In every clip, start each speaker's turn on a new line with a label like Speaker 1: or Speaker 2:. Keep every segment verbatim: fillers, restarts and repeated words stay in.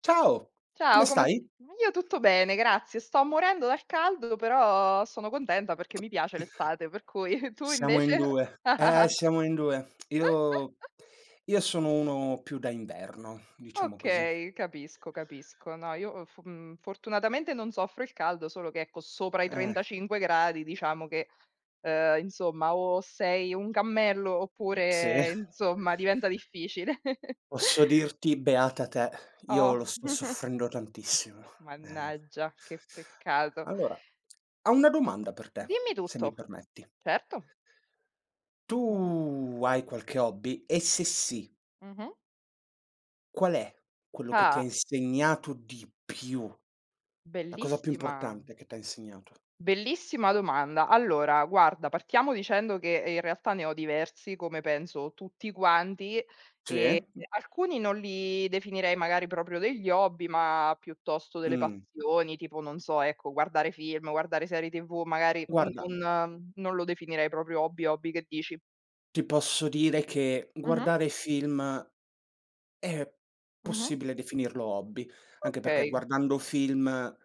Speaker 1: Ciao, come
Speaker 2: Ciao, come s
Speaker 1: stai?
Speaker 2: ma io tutto bene, grazie. Sto morendo dal caldo, però sono contenta perché mi piace l'estate, per cui tu
Speaker 1: Siamo in
Speaker 2: invece?
Speaker 1: due. Eh, siamo in due. Io io sono uno più da inverno, diciamo così.
Speaker 2: Okay, capisco, capisco. No, io f mhmm, fortunatamente non soffro il caldo, solo che ecco, sopra i
Speaker 1: Eh,
Speaker 2: 35 gradi diciamo che, ehm, insomma, o sei un cammello
Speaker 1: sì.
Speaker 2: oppure, insomma, diventa difficile.
Speaker 1: Posso dirti beata te, io
Speaker 2: Oh,
Speaker 1: lo sto soffrendo tantissimo. Eh.
Speaker 2: mannaggia, che peccato.
Speaker 1: Allora, ho una domanda per te,
Speaker 2: Dimmi
Speaker 1: se mi
Speaker 2: tutto.
Speaker 1: permetti.
Speaker 2: Certo.
Speaker 1: Tu
Speaker 2: Mh-mh,
Speaker 1: hai qualche hobby? E se sì,
Speaker 2: mh-mh.
Speaker 1: qual è quello che ti ha
Speaker 2: Ah.
Speaker 1: insegnato di più? La cosa più
Speaker 2: Bellissima,
Speaker 1: importante che t'ha insegnato?
Speaker 2: bellissima domanda. Allora, guarda, partiamo dicendo che eh, in realtà ne ho diversi, come penso tutti quanti, e
Speaker 1: Sì?
Speaker 2: alcuni non li definirei magari proprio degli hobby, ma piuttosto delle
Speaker 1: Mh.
Speaker 2: passioni, tipo, non so, ecco, guardare film, guardare serie T V, magari
Speaker 1: Guarda,
Speaker 2: non, non lo definirei proprio hobby, hobby che dici.
Speaker 1: ti posso dire che
Speaker 2: Mhm,
Speaker 1: guardare film è
Speaker 2: mhm.
Speaker 1: possibile definirlo hobby, anche perché
Speaker 2: Ok,
Speaker 1: guardando film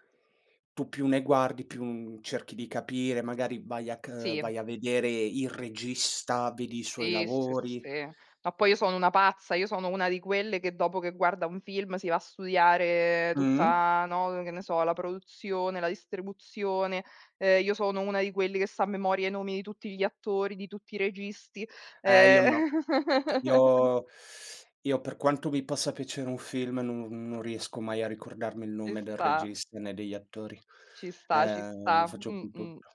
Speaker 1: tu più ne guardi, più cerchi di capire, magari vai a c
Speaker 2: sì.
Speaker 1: vai a vedere il regista, vedi i suoi
Speaker 2: Sì, sì,
Speaker 1: lavori.
Speaker 2: sì. No, poi io sono una pazza, io sono una di quelle che dopo che guarda un film si va a studiare
Speaker 1: Mh?
Speaker 2: tutta, no, che ne so, la produzione, la distribuzione. Ehm, io sono una di quelli che sa a memoria i nomi di tutti gli attori, di tutti i registi.
Speaker 1: Eh, io no.
Speaker 2: Ehm,
Speaker 1: Io io per quanto mi possa piacere un film, non non riesco mai a ricordarmi il
Speaker 2: Ci
Speaker 1: nome del
Speaker 2: sta,
Speaker 1: regista né degli attori.
Speaker 2: ci sta, ci
Speaker 1: Ehm, lo
Speaker 2: sta.
Speaker 1: faccio con
Speaker 2: Mh-mh.
Speaker 1: tutto.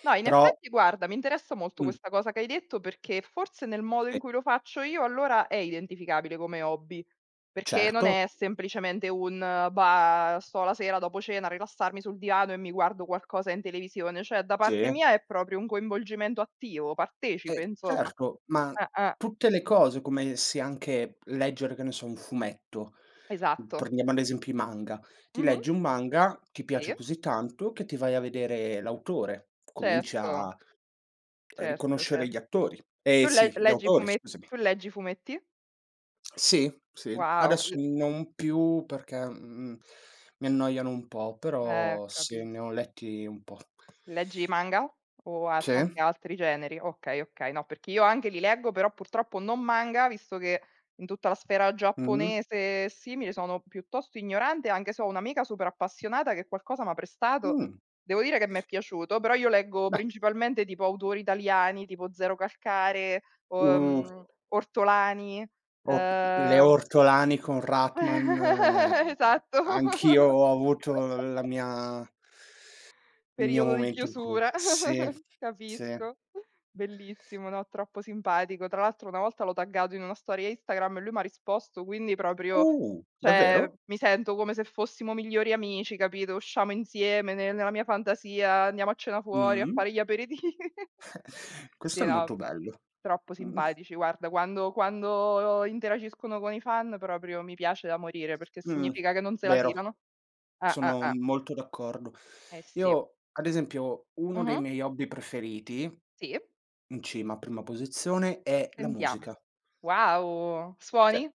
Speaker 2: No, in
Speaker 1: Però
Speaker 2: effetti guarda, mi interessa molto
Speaker 1: mh.
Speaker 2: questa cosa che hai detto perché forse nel modo
Speaker 1: Sì,
Speaker 2: in cui lo faccio io allora è identificabile come hobby, perché non
Speaker 1: certo,
Speaker 2: è semplicemente un eh, bah, sto la sera dopo cena a rilassarmi sul divano e mi guardo qualcosa in televisione, cioè da parte
Speaker 1: sì,
Speaker 2: mia è proprio un coinvolgimento attivo, partecipe
Speaker 1: eh,
Speaker 2: insomma.
Speaker 1: certo, ma
Speaker 2: Eh-eh,
Speaker 1: tutte le cose, come se anche leggere, che ne so, un fumetto, mhmm,
Speaker 2: esatto.
Speaker 1: prendiamo ad esempio i manga, ti
Speaker 2: Mh-mh,
Speaker 1: leggi un manga, ti piace
Speaker 2: sì,
Speaker 1: così tanto che ti vai a vedere l'autore, cominci
Speaker 2: certo,
Speaker 1: a a
Speaker 2: certo, cer
Speaker 1: riconoscere gli attori eh
Speaker 2: tu le
Speaker 1: sì, gli
Speaker 2: leggi
Speaker 1: autori
Speaker 2: fume
Speaker 1: scusami.
Speaker 2: tu leggi fumetti?
Speaker 1: Sì, sì,
Speaker 2: Wow,
Speaker 1: adesso
Speaker 2: l
Speaker 1: non più perché, mhmm, mi annoiano un po',
Speaker 2: eh,
Speaker 1: però sì, ne
Speaker 2: capis
Speaker 1: ho letti un po'.
Speaker 2: leggi manga? O al
Speaker 1: Sì,
Speaker 2: anche altri generi? Okay, okay, no, perché io anche li leggo, però purtroppo non manga, visto che in tutta la sfera
Speaker 1: mh-mh,
Speaker 2: giapponese e simili sono piuttosto ignorante, anche se ho un'amica super appassionata che qualcosa m'ha prestato.
Speaker 1: mh,
Speaker 2: Devo dire che m'è piaciuto, però io leggo
Speaker 1: beh,
Speaker 2: principalmente tipo autori italiani, tipo Zero Calcare, o
Speaker 1: uh.
Speaker 2: mhmm, Ortolani,
Speaker 1: O le
Speaker 2: ehm
Speaker 1: ortolani con Ratman, ehm,
Speaker 2: esatto.
Speaker 1: anch'io ho avuto la mia il mio
Speaker 2: Periodo di
Speaker 1: momento in cui
Speaker 2: chiusura.
Speaker 1: sì, sì.
Speaker 2: Capisco. Bellissimo, no, troppo simpatico. Tra l'altro una volta l'ho taggato in una storia Instagram e lui m'ha risposto, quindi proprio
Speaker 1: Uh,
Speaker 2: cioè
Speaker 1: davvero?
Speaker 2: mi sento come se fossimo migliori amici, capito, usciamo insieme ne nella mia fantasia, andiamo a cena fuori, a
Speaker 1: Mh.
Speaker 2: fare gli aperitivi. Sì,
Speaker 1: Questo è
Speaker 2: no,
Speaker 1: molto
Speaker 2: vabbè.
Speaker 1: bello.
Speaker 2: Troppo
Speaker 1: Mh,
Speaker 2: simpatici. Guarda, quando quando interagiscono con i fan proprio mi piace da morire, perché
Speaker 1: mh,
Speaker 2: significa che non se la
Speaker 1: vero,
Speaker 2: tirano. Ah, ah,
Speaker 1: sono
Speaker 2: ah.
Speaker 1: molto d'accordo.
Speaker 2: Eh sì.
Speaker 1: Io, ad esempio, uno dei
Speaker 2: Mh-mh.
Speaker 1: miei hobby preferiti,
Speaker 2: Sì.
Speaker 1: in cima, a prima posizione, è la
Speaker 2: Sentiamo.
Speaker 1: musica.
Speaker 2: Wow!
Speaker 1: Sì.
Speaker 2: Suoni?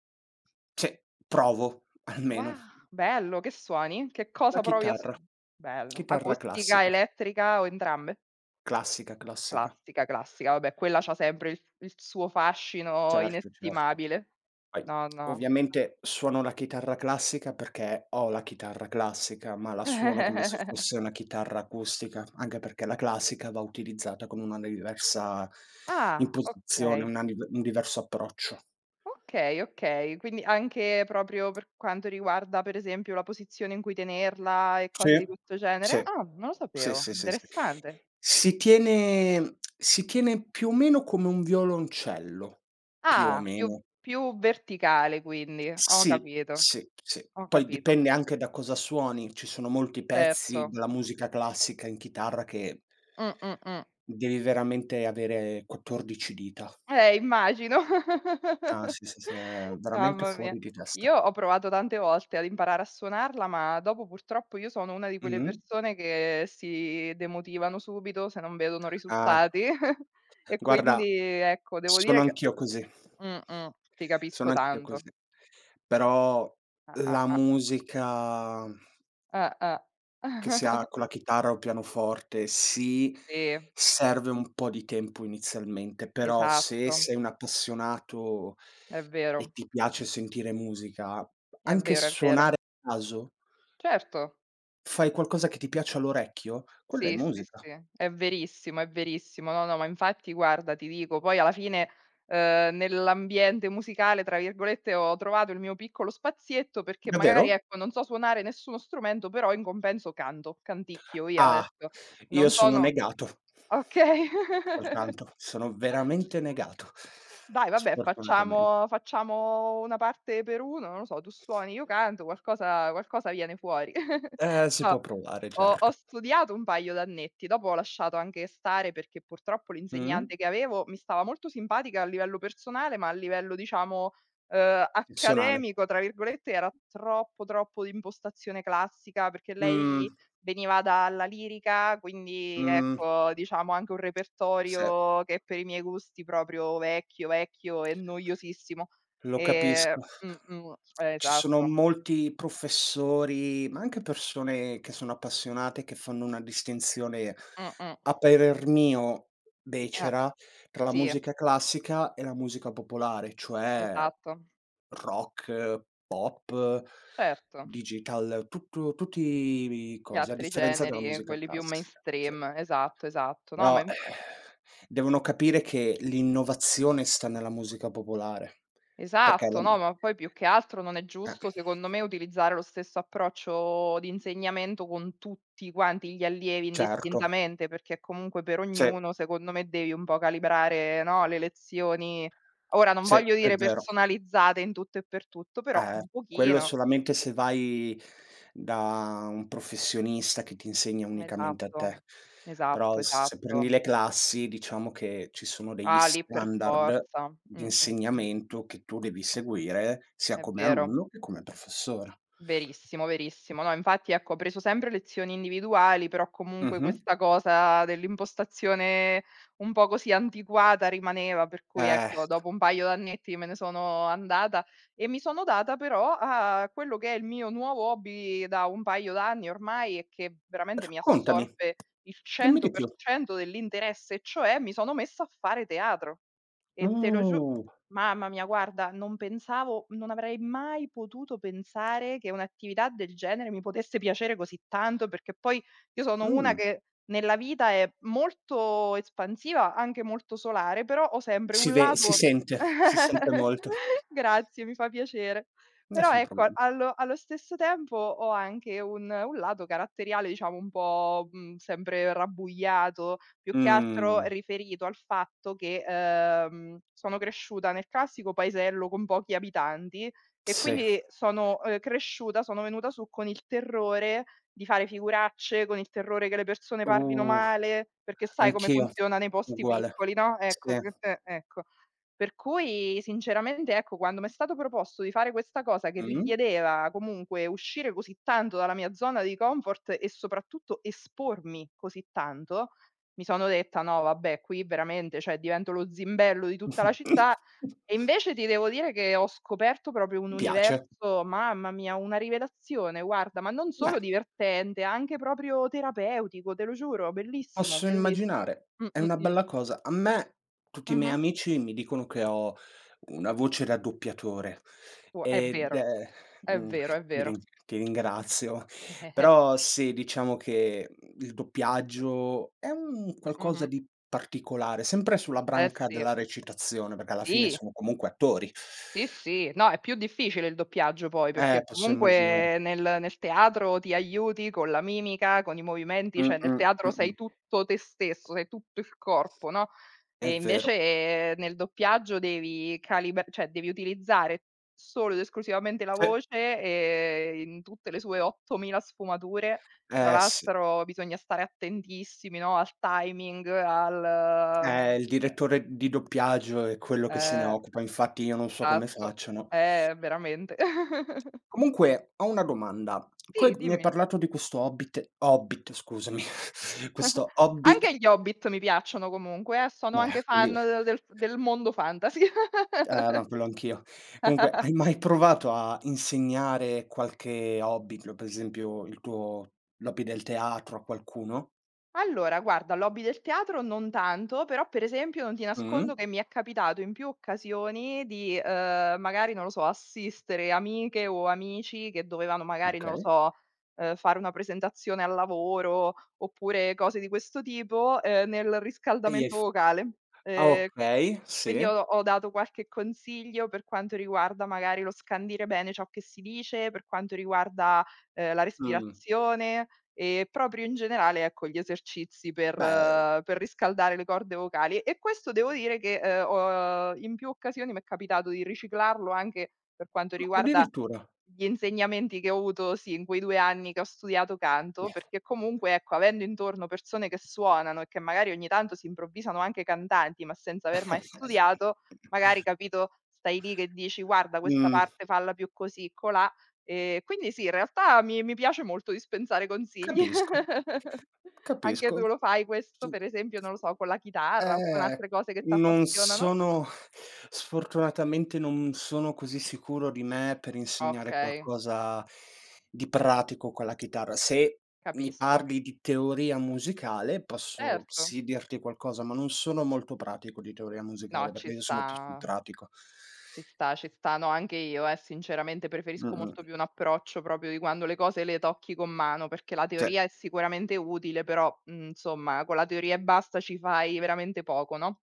Speaker 1: Sì, provo almeno,
Speaker 2: Wow, bello, che suoni? Che
Speaker 1: la
Speaker 2: cosa provi a
Speaker 1: chitarra.
Speaker 2: suo Bello.
Speaker 1: Chitarra
Speaker 2: Acustica,
Speaker 1: classica,
Speaker 2: elettrica o entrambe?
Speaker 1: classica, classica.
Speaker 2: Classica, classica, vabbè quella c'ha sempre il il suo fascino
Speaker 1: Certo, certo.
Speaker 2: inestimabile.
Speaker 1: Poi
Speaker 2: No, no.
Speaker 1: ovviamente suono la chitarra classica perché ho la chitarra classica, ma la suono come se fosse una chitarra acustica, anche perché la classica va utilizzata con una diversa
Speaker 2: Ah,
Speaker 1: imposizione,
Speaker 2: okay.
Speaker 1: una div un diverso approccio.
Speaker 2: Okay, okay. Quindi anche proprio per quanto riguarda, per esempio, la posizione in cui tenerla e cose
Speaker 1: Sì.
Speaker 2: di questo genere?
Speaker 1: Sì,
Speaker 2: Ah, non lo
Speaker 1: sì,
Speaker 2: sapevo,
Speaker 1: sì, sì, sì.
Speaker 2: interessante.
Speaker 1: Si tiene si tiene più o meno come un violoncello, più o
Speaker 2: Ah, più
Speaker 1: meno.
Speaker 2: più verticale quindi. Ho
Speaker 1: Sì,
Speaker 2: capito,
Speaker 1: sì, sì.
Speaker 2: ho
Speaker 1: Poi
Speaker 2: capito, ho ca
Speaker 1: dipende anche da cosa suoni. Ci sono molti pezzi
Speaker 2: certo.
Speaker 1: della musica classica in chitarra che
Speaker 2: Mh, mh, mh.
Speaker 1: devi veramente avere quattordici dita.
Speaker 2: Eh, immagino.
Speaker 1: Ah, sì, sì, sì, è veramente
Speaker 2: Mamma mia.
Speaker 1: fuori di testa.
Speaker 2: Io ho provato tante volte ad imparare a suonarla, ma dopo purtroppo io sono una di quelle
Speaker 1: Mh-mh.
Speaker 2: persone che si demotivano subito se non vedono
Speaker 1: Ah,
Speaker 2: risultati e
Speaker 1: guarda,
Speaker 2: quindi ecco, devo
Speaker 1: sono
Speaker 2: dire che
Speaker 1: anch'io così.
Speaker 2: mh, mh, ti capisco
Speaker 1: Sono anch'io
Speaker 2: tanto.
Speaker 1: così. Però
Speaker 2: Ah, ah,
Speaker 1: la
Speaker 2: ah.
Speaker 1: musica
Speaker 2: Ah, ah.
Speaker 1: che sia con la chitarra o pianoforte, sì,
Speaker 2: Sì,
Speaker 1: serve un po' di tempo inizialmente, però se
Speaker 2: esatto,
Speaker 1: sei un appassionato
Speaker 2: è
Speaker 1: e
Speaker 2: vero.
Speaker 1: ti piace sentire musica,
Speaker 2: È
Speaker 1: anche
Speaker 2: vero, è vero.
Speaker 1: suonare a caso,
Speaker 2: Certo.
Speaker 1: fai qualcosa che ti piace all'orecchio, quella è
Speaker 2: Sì, sì,
Speaker 1: musica.
Speaker 2: sì, è verissimo, è verissimo. No, no, ma infatti guarda, ti dico, poi alla fine, ehm, "nell'ambiente musicale" tra virgolette, ho trovato il mio piccolo spazietto perché magari,
Speaker 1: Davvero?
Speaker 2: ecco, non so suonare nessuno strumento, però in compenso canto, canticchio io
Speaker 1: Ah,
Speaker 2: adesso.
Speaker 1: io
Speaker 2: Non
Speaker 1: sono
Speaker 2: sono
Speaker 1: negato.
Speaker 2: Okay.
Speaker 1: Col canto, sono veramente negato,
Speaker 2: Dai vabbè
Speaker 1: sfortunatamen
Speaker 2: facciamo facciamo una parte per uno, non lo so, tu suoni, io canto, qualcosa qualcosa viene fuori.
Speaker 1: Eh, si
Speaker 2: No,
Speaker 1: può provare
Speaker 2: ho ho
Speaker 1: certo.
Speaker 2: studiato un paio d'annetti, dopo ho lasciato anche stare perché purtroppo
Speaker 1: Mh?
Speaker 2: l'insegnante che avevo mi stava molto simpatica a livello personale, ma a livello diciamo, ehm,
Speaker 1: Opzionale.
Speaker 2: "accademico" tra virgolette era troppo, troppo di impostazione classica, perché
Speaker 1: Mh,
Speaker 2: lei veniva dalla lirica, quindi
Speaker 1: mh.
Speaker 2: ecco, diciamo anche un
Speaker 1: Se
Speaker 2: repertorio che per i miei gusti proprio vecchio, vecchio e noiosissimo.
Speaker 1: lo
Speaker 2: Ehm,
Speaker 1: capisco.
Speaker 2: mh, mh,
Speaker 1: Ci sono
Speaker 2: esatto.
Speaker 1: molti professori, ma anche persone che sono appassionate, che fanno una distinzione,
Speaker 2: Mh-mh.
Speaker 1: a parer mio
Speaker 2: Eh,
Speaker 1: becera, tra la
Speaker 2: sì,
Speaker 1: musica classica e la musica popolare, cioè
Speaker 2: esatto.
Speaker 1: rock, pop,
Speaker 2: Certo,
Speaker 1: digital, tutto tutti i
Speaker 2: gli
Speaker 1: cose, a
Speaker 2: altri
Speaker 1: differenza della
Speaker 2: generi,
Speaker 1: musica
Speaker 2: quelli più
Speaker 1: classica, sì.
Speaker 2: mainstream, esatto, esatto. No, ma
Speaker 1: Però eh,
Speaker 2: infa
Speaker 1: devono capire che l'innovazione sta nella musica popolare, perché la
Speaker 2: esatto, no,
Speaker 1: m
Speaker 2: ma poi più che altro non è
Speaker 1: eh,
Speaker 2: giusto, secondo me, utilizzare lo stesso approccio di insegnamento con tutti quanti gli allievi
Speaker 1: certo.
Speaker 2: indistintamente, perché comunque per
Speaker 1: Sì,
Speaker 2: ognuno, secondo me, devi un po' calibrare, no, le lezioni. Ora non
Speaker 1: sì,
Speaker 2: voglio
Speaker 1: è
Speaker 2: dire
Speaker 1: vero.
Speaker 2: personalizzate in tutto e per tutto, però
Speaker 1: Eh,
Speaker 2: un
Speaker 1: quello
Speaker 2: pochino.
Speaker 1: solamente se vai da un professionista che ti insegna unicamente a
Speaker 2: Esatto,
Speaker 1: te.
Speaker 2: esatto,
Speaker 1: Però se prendi
Speaker 2: esatto.
Speaker 1: le classi, diciamo che ci sono degli
Speaker 2: Ah, lì per
Speaker 1: standard
Speaker 2: forza.
Speaker 1: di
Speaker 2: Mh, mh, mh.
Speaker 1: insegnamento che tu devi seguire, sia
Speaker 2: È
Speaker 1: come
Speaker 2: vero.
Speaker 1: alunno che come professore.
Speaker 2: Verissimo, verissimo. No, infatti ecco, ho preso sempre lezioni individuali, però comunque
Speaker 1: Mh-mh.
Speaker 2: questa cosa dell'impostazione un po' così antiquata rimaneva, per cui
Speaker 1: Eh,
Speaker 2: ecco, dopo un paio d'annetti me ne sono andata e mi sono data però a quello che è il mio nuovo hobby da un paio d'anni ormai e che veramente mi
Speaker 1: raccontami.
Speaker 2: assorbe il
Speaker 1: Dimmi di più.
Speaker 2: cento per cento dell'interesse, e cioè mi sono messa a fare teatro. E te lo giuro.
Speaker 1: Uh,
Speaker 2: Mamma mia, guarda, non pensavo non avrei mai potuto pensare che un'attività del genere mi potesse piacere così tanto, perché poi io sono una
Speaker 1: mh,
Speaker 2: che nella vita è molto espansiva, anche molto solare, però ho sempre
Speaker 1: si
Speaker 2: un
Speaker 1: ve si
Speaker 2: lato
Speaker 1: sente, si sente molto.
Speaker 2: grazie, mi fa piacere. Però
Speaker 1: Nessun
Speaker 2: ecco, a
Speaker 1: problema.
Speaker 2: allo allo stesso tempo ho anche un un lato caratteriale, diciamo, un po', mhmm, sempre rabbuiato, più che altro
Speaker 1: Mh,
Speaker 2: riferito al fatto che, ehm, sono cresciuta nel classico paesello con pochi abitanti e
Speaker 1: sì.
Speaker 2: quindi sono, ehm, cresciuta, sono venuta su con il terrore di fare figuracce, con il terrore che le persone parlino
Speaker 1: Uh,
Speaker 2: male, perché sai come
Speaker 1: Anch'io,
Speaker 2: funziona nei posti
Speaker 1: uguale.
Speaker 2: piccoli, no, ecco,
Speaker 1: Sì.
Speaker 2: che eh, ecco. Per cui sinceramente, ecco, quando m'è stato proposto di fare questa cosa che
Speaker 1: Mh.
Speaker 2: richiedeva comunque uscire così tanto dalla mia zona di comfort e soprattutto espormi così tanto, mi sono detta: "No vabbè, qui veramente, cioè divento lo zimbello di tutta la
Speaker 1: Ti
Speaker 2: città". E invece ti devo dire che ho scoperto proprio un
Speaker 1: piace?
Speaker 2: universo, mamma mia, una rivelazione, guarda, ma non
Speaker 1: Beh.
Speaker 2: solo divertente, anche proprio terapeutico, te lo giuro, bellissimo,
Speaker 1: Posso
Speaker 2: bellissimo.
Speaker 1: immaginare,
Speaker 2: Mh,
Speaker 1: è
Speaker 2: mh,
Speaker 1: una
Speaker 2: mh.
Speaker 1: bella cosa. A me tutti i miei
Speaker 2: Mh-mh.
Speaker 1: amici mi dicono che ho una voce da doppiatore
Speaker 2: Oh, è
Speaker 1: ed
Speaker 2: vero,
Speaker 1: è
Speaker 2: è
Speaker 1: mhmm,
Speaker 2: vero, è
Speaker 1: ti
Speaker 2: vero.
Speaker 1: rin ti ringrazio.
Speaker 2: Eh,
Speaker 1: Però sì, diciamo che, mhmm, il doppiaggio è un qualcosa
Speaker 2: Mh-mh.
Speaker 1: di particolare, sempre sulla
Speaker 2: Eh
Speaker 1: branca
Speaker 2: sì.
Speaker 1: della recitazione, perché alla fine
Speaker 2: Sì,
Speaker 1: sono comunque attori.
Speaker 2: sì, sì. No, è più difficile il doppiaggio poi,
Speaker 1: Eh,
Speaker 2: perché
Speaker 1: posso immaginare.
Speaker 2: comunque nel nel teatro ti aiuti con la mimica, con i movimenti, cioè nel
Speaker 1: Mh-mh,
Speaker 2: teatro sei
Speaker 1: mh-mh,
Speaker 2: tutto te stesso, sei tutto il corpo, no,
Speaker 1: è
Speaker 2: e
Speaker 1: vero.
Speaker 2: invece nel doppiaggio devi calibra cioè devi utilizzare solo ed esclusivamente la
Speaker 1: Eh,
Speaker 2: voce, ehm, in tutte le sue ottomila sfumature. Tra
Speaker 1: eh sì.
Speaker 2: l'altro bisogna stare attentissimi, no, al timing, al,
Speaker 1: Eh,
Speaker 2: mhmm,
Speaker 1: il direttore di doppiaggio è quello che se ne
Speaker 2: ehm
Speaker 1: occupa, infatti io non so come
Speaker 2: esatto.
Speaker 1: facciano.
Speaker 2: Eh, veramente.
Speaker 1: Comunque ho una domanda. Tu hai
Speaker 2: Sì,
Speaker 1: mi hai
Speaker 2: dimmi.
Speaker 1: parlato di questo Hobbit Hobbit scusami, questo hobby
Speaker 2: Anche gli Hobbit mi piacciono comunque, eh, sono
Speaker 1: beh
Speaker 2: anche
Speaker 1: lì
Speaker 2: fan de del f del mondo fantasy.
Speaker 1: eh, ma quello anch'io. Comunque hai mai provato a insegnare qualche hobby, per esempio il tuo l'hobby del teatro a qualcuno?
Speaker 2: Allora, guarda, l'hobby del teatro non tanto, però per esempio non ti nascondo
Speaker 1: Mh,
Speaker 2: che mi è capitato in più occasioni di, ehm, magari, non lo so, assistere amiche o amici che dovevano magari, non lo
Speaker 1: okay.
Speaker 2: so, ehm, fare una presentazione al lavoro, oppure cose di questo tipo, ehm, nel
Speaker 1: E gli hai
Speaker 2: riscaldamento
Speaker 1: f
Speaker 2: vocale.
Speaker 1: ah
Speaker 2: Ehm
Speaker 1: okay, sì.
Speaker 2: Quindi ho ho dato qualche consiglio per quanto riguarda magari lo scandire bene ciò che si dice, per quanto riguarda, ehm, la
Speaker 1: Mh,
Speaker 2: respirazione e proprio in generale, ecco, gli esercizi per
Speaker 1: beh,
Speaker 2: eh, per riscaldare le corde vocali. E questo devo dire che, ehm, ho in più occasioni m'è capitato di riciclarlo anche per quanto riguarda
Speaker 1: addirittura.
Speaker 2: gli insegnamenti che ho avuto, sì, in quei 2 anni che ho studiato canto,
Speaker 1: Beh.
Speaker 2: perché comunque, ecco, avendo intorno persone che suonano e che magari ogni tanto si improvvisano anche cantanti, ma senza aver mai studiato, magari, capito, stai lì che dici: "Guarda questa
Speaker 1: Mh,
Speaker 2: parte falla più così, colà". Ehm, quindi sì, in realtà mi mi piace molto dispensare consigli.
Speaker 1: capisco,
Speaker 2: Anche tu
Speaker 1: capisco.
Speaker 2: lo fai questo,
Speaker 1: Sì,
Speaker 2: per esempio, non lo so, con la chitarra o con
Speaker 1: eh,
Speaker 2: altre cose che
Speaker 1: non
Speaker 2: t'appassionano?
Speaker 1: sono sfortunatamente non sono così sicuro di me per insegnare
Speaker 2: Okay,
Speaker 1: qualcosa di pratico con la chitarra. Se mi
Speaker 2: capisco.
Speaker 1: parli di teoria musicale, posso
Speaker 2: Certo.
Speaker 1: sì dirti qualcosa, ma non sono molto pratico di teoria
Speaker 2: No,
Speaker 1: musicale,
Speaker 2: ci
Speaker 1: perché io
Speaker 2: sta.
Speaker 1: sono più sul pratico.
Speaker 2: Ci sta, ci sta. No, anche io, eh, sinceramente preferisco
Speaker 1: Mh-mh,
Speaker 2: molto più un approccio proprio di quando le cose le tocchi con mano, perché la
Speaker 1: sì.
Speaker 2: teoria è sicuramente utile, però, mhmm, insomma, con la teoria e basta ci fai veramente poco, no?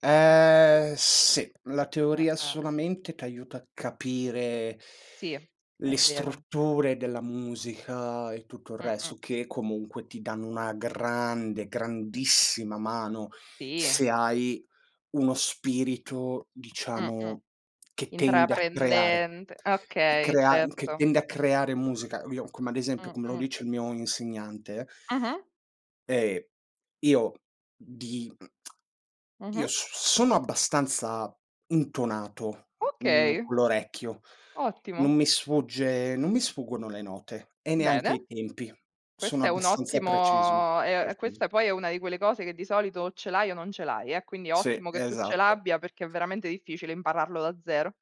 Speaker 1: Ehm, sì, la
Speaker 2: Eh,
Speaker 1: teoria
Speaker 2: eh.
Speaker 1: solamente t'aiuta a capire
Speaker 2: Sì, è
Speaker 1: le
Speaker 2: vero.
Speaker 1: strutture della musica e tutto il
Speaker 2: Mh-mh.
Speaker 1: resto, che comunque ti danno una grande, grandissima mano
Speaker 2: Sì.
Speaker 1: se hai uno spirito,
Speaker 2: Mh-mh.
Speaker 1: diciamo, che tende a creare,
Speaker 2: Intraprendente.
Speaker 1: che
Speaker 2: Okay,
Speaker 1: crea che
Speaker 2: certo.
Speaker 1: tende a creare musica. Io come ad esempio, come lo
Speaker 2: Mh-mh.
Speaker 1: dice il mio insegnante.
Speaker 2: Mh-mh.
Speaker 1: Ehm, io di mhmm, io
Speaker 2: Mh-mh.
Speaker 1: s sono abbastanza intonato, mhmm,
Speaker 2: Okay,
Speaker 1: con l'orecchio. Non
Speaker 2: ottimo.
Speaker 1: mi sfugge non mi sfuggono le note e neanche
Speaker 2: Bene.
Speaker 1: i tempi. Sono
Speaker 2: Questo è un
Speaker 1: abbastanza preciso,
Speaker 2: ottimo e e
Speaker 1: preciso.
Speaker 2: questa poi è una di quelle cose che di solito o ce l'hai o non ce l'hai, eh, quindi è
Speaker 1: Sì,
Speaker 2: ottimo che tu ce
Speaker 1: esatto.
Speaker 2: l'abbia perché è veramente difficile impararlo da zero.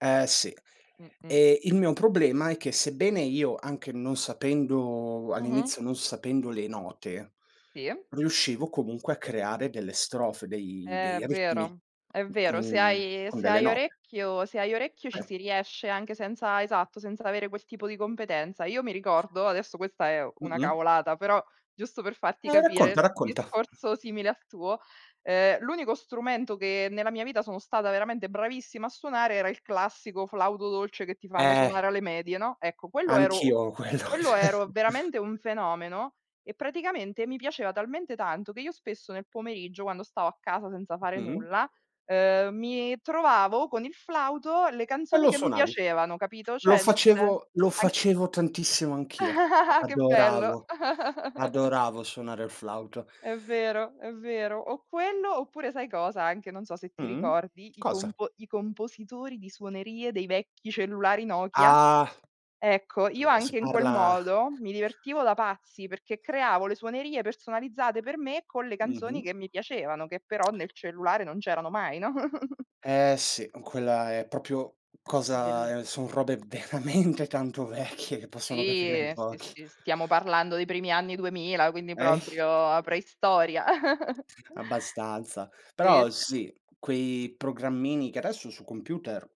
Speaker 1: Eh sì.
Speaker 2: Mh-mh.
Speaker 1: E il mio problema è che sebbene io, anche non sapendo
Speaker 2: Mh-mh.
Speaker 1: all'inizio non sapendo le note,
Speaker 2: Sì.
Speaker 1: riuscivo comunque a creare delle strofe, dei
Speaker 2: È
Speaker 1: dei ritmi
Speaker 2: vero, è vero. Se
Speaker 1: con
Speaker 2: hai
Speaker 1: con
Speaker 2: se
Speaker 1: delle
Speaker 2: hai
Speaker 1: note.
Speaker 2: orecchio se hai orecchio ci
Speaker 1: Eh,
Speaker 2: si riesce anche senza esatto, senza avere quel tipo di competenza. Io mi ricordo, adesso questa è una
Speaker 1: mh-mh.
Speaker 2: cavolata, però giusto per farti
Speaker 1: Eh, racconta,
Speaker 2: capire,
Speaker 1: racconta.
Speaker 2: discorso simile al tuo, ehm, l'unico strumento che nella mia vita sono stata veramente bravissima a suonare era il classico flauto dolce che ti fanno
Speaker 1: Eh,
Speaker 2: suonare alle medie, no, ecco, quello ero
Speaker 1: anch'io quello.
Speaker 2: quello ero veramente un fenomeno e praticamente mi piaceva talmente tanto che io spesso nel pomeriggio, quando stavo a casa senza fare
Speaker 1: Mh-mh.
Speaker 2: nulla, ehm, mi trovavo con il flauto le
Speaker 1: E
Speaker 2: canzoni
Speaker 1: lo
Speaker 2: che mi
Speaker 1: suonavi.
Speaker 2: piacevano, capito,
Speaker 1: Lo
Speaker 2: cioè nel sen
Speaker 1: facevo lo
Speaker 2: anche
Speaker 1: facevo tantissimo anch'io. A
Speaker 2: che bello.
Speaker 1: adoravo, adoravo suonare il flauto.
Speaker 2: È vero, è vero. O quello, oppure sai cosa anche, non so se ti
Speaker 1: Mh.
Speaker 2: ricordi, i
Speaker 1: Cosa?
Speaker 2: compo i compositori di suonerie dei vecchi cellulari Nokia?
Speaker 1: Ah,
Speaker 2: Ecco, io
Speaker 1: comunque si
Speaker 2: anche in quel
Speaker 1: parla
Speaker 2: modo mi divertivo da pazzi, perché creavo le suonerie personalizzate per me con le canzoni
Speaker 1: mh-mh.
Speaker 2: che mi piacevano, che però nel cellulare non c'erano mai, no.
Speaker 1: Eh sì, quella è proprio cosa
Speaker 2: Bell
Speaker 1: ehm, son robe veramente tanto vecchie che possono capire in
Speaker 2: sì, sì,
Speaker 1: pochi.
Speaker 2: sì, stiamo parlando dei primi anni duemila, quindi
Speaker 1: Eh,
Speaker 2: proprio preistoria.
Speaker 1: abbastanza.
Speaker 2: E
Speaker 1: Però
Speaker 2: s
Speaker 1: sì, quei programmini che adesso su computer,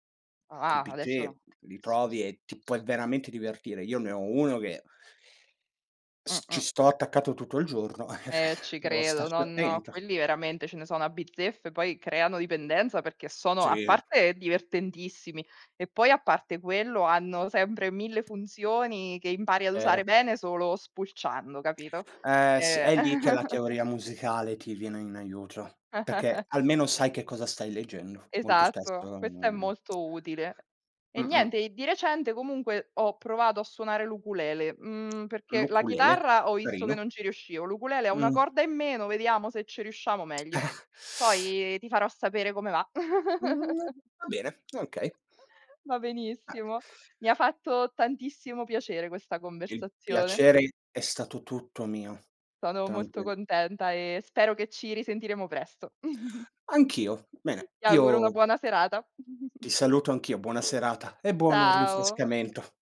Speaker 1: col
Speaker 2: ah,
Speaker 1: P C,
Speaker 2: adesso
Speaker 1: li
Speaker 2: sì, s
Speaker 1: trovi e ti puoi
Speaker 2: s
Speaker 1: veramente divertire. Io ne ho uno che s ci
Speaker 2: mh-mh.
Speaker 1: sto attaccato tutto il giorno,
Speaker 2: Eh, ci
Speaker 1: devo
Speaker 2: credo.
Speaker 1: starci
Speaker 2: No, no,
Speaker 1: attento.
Speaker 2: quelli veramente ce ne sono a bizzeffe, poi creano dipendenza perché sono a
Speaker 1: Sì,
Speaker 2: parte divertentissimi e poi a parte quello hanno sempre 1000 funzioni che impari ad usare
Speaker 1: vero.
Speaker 2: bene solo spulciando, capito?
Speaker 1: Eh sì,
Speaker 2: Eh.
Speaker 1: è lì che la teoria musicale ti viene in aiuto, perché almeno sai che cosa stai leggendo. Molto spesso,
Speaker 2: Esatto, questo è
Speaker 1: mhmm
Speaker 2: molto utile. E
Speaker 1: Mh-mh.
Speaker 2: niente, e di recente comunque ho provato a suonare l'ukulele, mhmm, perché la
Speaker 1: L'ukulele,
Speaker 2: chitarra ho visto che
Speaker 1: carino.
Speaker 2: non ci riuscivo, l'ukulele ha
Speaker 1: Mh.
Speaker 2: una
Speaker 1: Mhmm,
Speaker 2: corda in meno, vediamo se ci riusciamo meglio. Poi ti farò sapere come va.
Speaker 1: va bene, okay.
Speaker 2: Va
Speaker 1: Ah,
Speaker 2: benissimo. Mi ha fatto tantissimo piacere questa
Speaker 1: il
Speaker 2: conversazione.
Speaker 1: piacere è stato tutto mio.
Speaker 2: Sono molto
Speaker 1: Tranquillo.
Speaker 2: contenta e spero che ci risentiremo presto.
Speaker 1: Anch'io. Bene,
Speaker 2: Ti auguro una
Speaker 1: io
Speaker 2: buona serata.
Speaker 1: ti saluto anch'io, buona serata e buon
Speaker 2: Ciao.
Speaker 1: rinfrescamento.